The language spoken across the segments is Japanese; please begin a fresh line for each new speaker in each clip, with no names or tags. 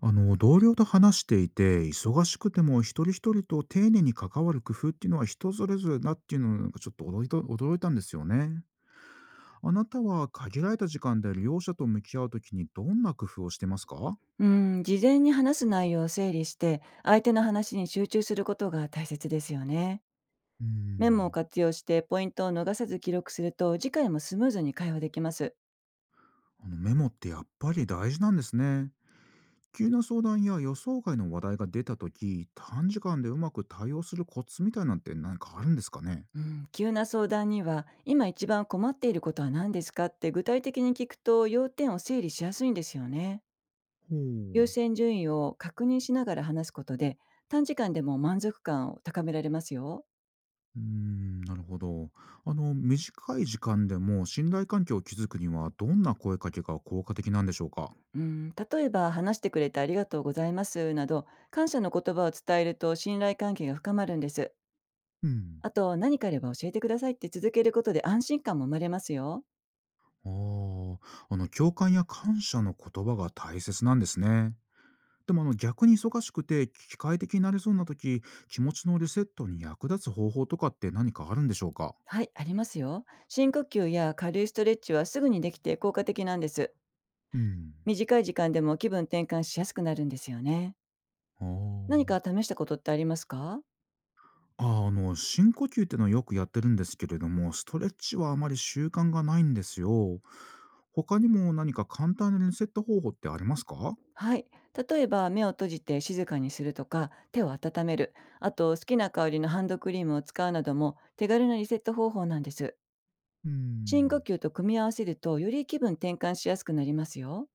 同僚と話していて、忙しくても一人一人と丁寧に関わる工夫っていうのは人それぞれだっていうのが、ちょっと驚いたんですよね。あなたは限られた時間で利用者と向き合うときに、どんな工夫をしてますか？
うーん、事前に話す内容を整理して、相手の話に集中することが大切ですよね。
うー
メモを
ん、
活用してポイントを逃さず記録すると、次回もスムーズに会話できます。
メモってやっぱり大事なんですね。急な相談や予想外の話題が出たとき、短時間でうまく対応するコツみたいなんて何かあるんですかね？
うん、急な相談には、今一番困っていることは何ですかって具体的に聞くと、要点を整理しやすいんですよね。
ほ
優
う。
先順位を確認しながら話すことで、短時間でも満足感を高められますよ。
うーん、なるほど。あの、短い時間でも信頼関係を築くには、どんな声かけが効果的なんでしょうか？
うん、例えば話してくれてありがとうございますなど感謝の言葉を伝えると信頼関係が深まるんです。
うん。
あと何かあれば教えてくださいって続けることで安心感も生まれますよ。
ああ、あの、共感や感謝の言葉が大切なんですね。でも、逆に忙しくて機械的になれそうな時、気持ちのリセットに役立つ方法とかって何かあるんでしょうか？
はい、ありますよ。深呼吸や軽いストレッチはすぐにできて効果的なんです。
うん。
短い時間でも気分転換しやすくなるんですよね。
あ
何か
あ。
試したことってありますか？
あー、あの、深呼吸ってのはよくやってるんですけれども、ストレッチはあまり習慣がないんですよ。他にも何か簡単なリセット方法ってありますか？
はい。例えば目を閉じて静かにするとか手を温める、あと好きな香りのハンドクリームを使うなども手軽なリセット方法なんです。
うー
深呼
ん、
吸と組み合わせるとより気分転換しやすくなりますよ。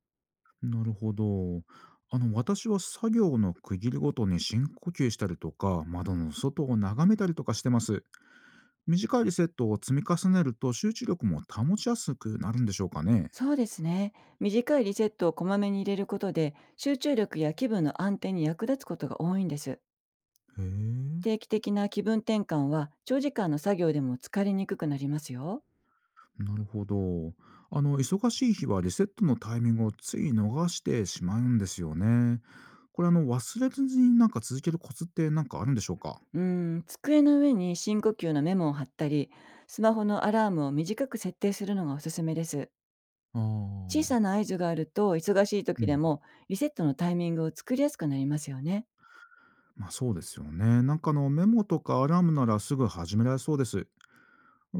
なるほど。あの、私は作業の区切りごとに深呼吸したりとか、窓の外を眺めたりとかしてます。短いリセットを積み重ねると集中力も保ちやすくなるんでしょうかね。
そうですね。短いリセットをこまめに入れることで集中力や気分の安定に役立つことが多いんです。
へえ。
定期的な気分転換は長時間の作業でも疲れにくくなりますよ。
なるほど。あの、忙しい日はリセットのタイミングをつい逃してしまうんですよね。これ忘れずに続けるコツってなんかあるんでしょうか？
うーん、机の上に深呼吸のメモを貼ったり、スマホのアラームを短く設定するのがおすすめです。
あ
小さ
あ。
な合図があると忙しい
う
時で
ん。
もリセットのタイミングを作りやすくなりますよね。
まあ、そうですよね。メモとかアラームならすぐ始められそうです。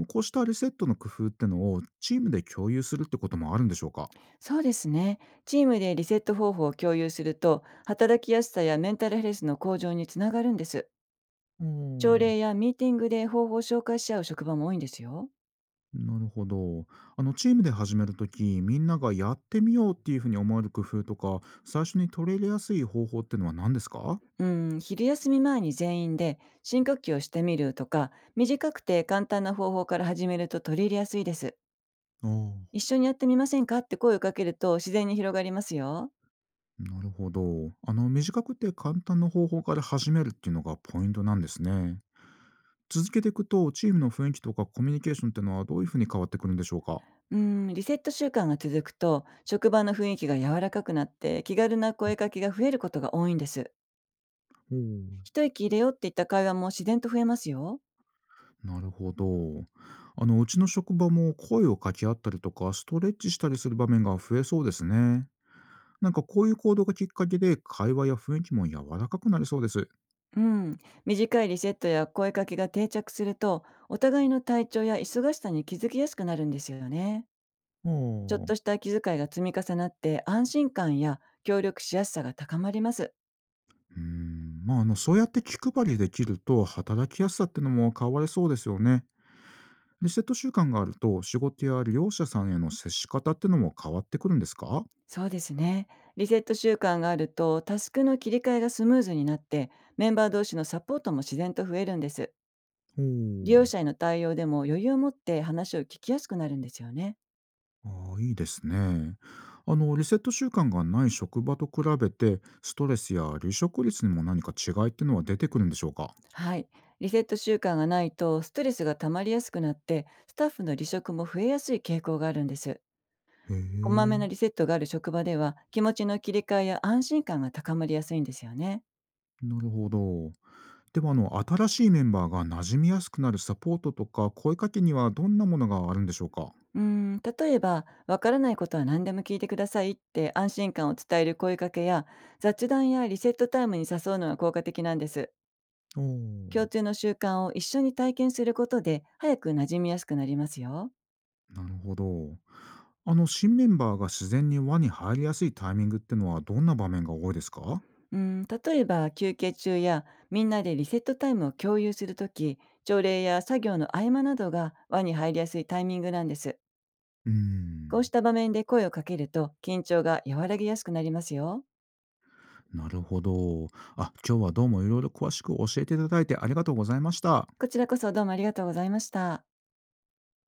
こうしたリセットの工夫ってのをチームで共有するってこともあるんでしょうか？
そうですね。チームでリセット方法を共有すると、働きやすさやメンタルヘルスの向上につながるんです。
お
朝
お。
礼やミーティングで方法を紹介し合う職場も多いんですよ。
なるほど。あの、チームで始めるとき、みんながやってみようっていうふうに思える工夫とか、最初に取り入れやすい方法ってのは何ですか？
うん、昼休み前に全員で深呼吸をしてみるとか、短くて簡単な方法から始めると取り入れやすいです。
ああ、
一緒にやってみませんかって声をかけると自然に広がりますよ。
なるほど。あの、短くて簡単な方法から始めるっていうのがポイントなんですね。続けていくと、チームの雰囲気とかコミュニケーションってのはどういうふうに変わってくるんでしょうか？
うん、リセット習慣が続くと、職場の雰囲気が柔らかくなって気軽な声かけが増えることが多いんです。
ほう。
一息入れようって言った会話も自然と増えますよ。
なるほど。あの、うちの職場も声を掛け合ったりとか、ストレッチしたりする場面が増えそうですね。なんかこういう行動がきっかけで、会話や雰囲気も柔らかくなりそうです。
うん。短いリセットや声かけが定着すると、お互いの体調や忙しさに気づきやすくなるんですよね。ちょっ
ほ
と
う。
した気遣いが積み重なって、安心感や協力しやすさが高まります。
うん、まあ、そうやって気配りできると、働きやすさってのも変わりそうですよね。リセット習慣があると、仕事や利用者さんへの接し方ってのも変わってくるんですか？
そうですね。リセット習慣があると、タスクの切り替えがスムーズになって、メンバー同士のサポートも自然と増えるんです。
お
利用
ー。
者への対応でも余裕を持って話を聞きやすくなるんですよね。
あー、いいですね。あの、リセット習慣がない職場と比べて、ストレスや離職率にも何か違いってのは出てくるんでしょうか？
はい。リセット習慣がないとストレスが溜まりやすくなってスタッフの離職も増えやすい傾向があるんです。
へ
こまめな
え、
リセットがある職場では気持ちの切り替えや安心感が高まりやすいんですよね。
なるほど。では、あの、新しいメンバーが馴染みやすくなるサポートとか、声かけにはどんなものがあるんでしょうか？
うーん、例えば「わからないことは何でも聞いてください」って安心感を伝える声かけや雑談やリセットタイムに誘うのが効果的なんです。
お
共
ー。
通の習慣を一緒に体験することで早く馴染みやすくなりますよ。
なるほど。あの、新メンバーが自然に輪に入りやすいタイミングってのはどんな場面が多いですか？
うん、例えば休憩中やみんなでリセットタイムを共有するとき、朝礼や作業の合間などが輪に入りやすいタイミングなんです。
うー
こうし
ん。
た場面で声をかけると緊張が和らぎやすくなりますよ。
なるほど。あ、今日はどうもいろいろ詳しく教えていただいて、ありがとうございました。
こちらこそどうもありがとうございました。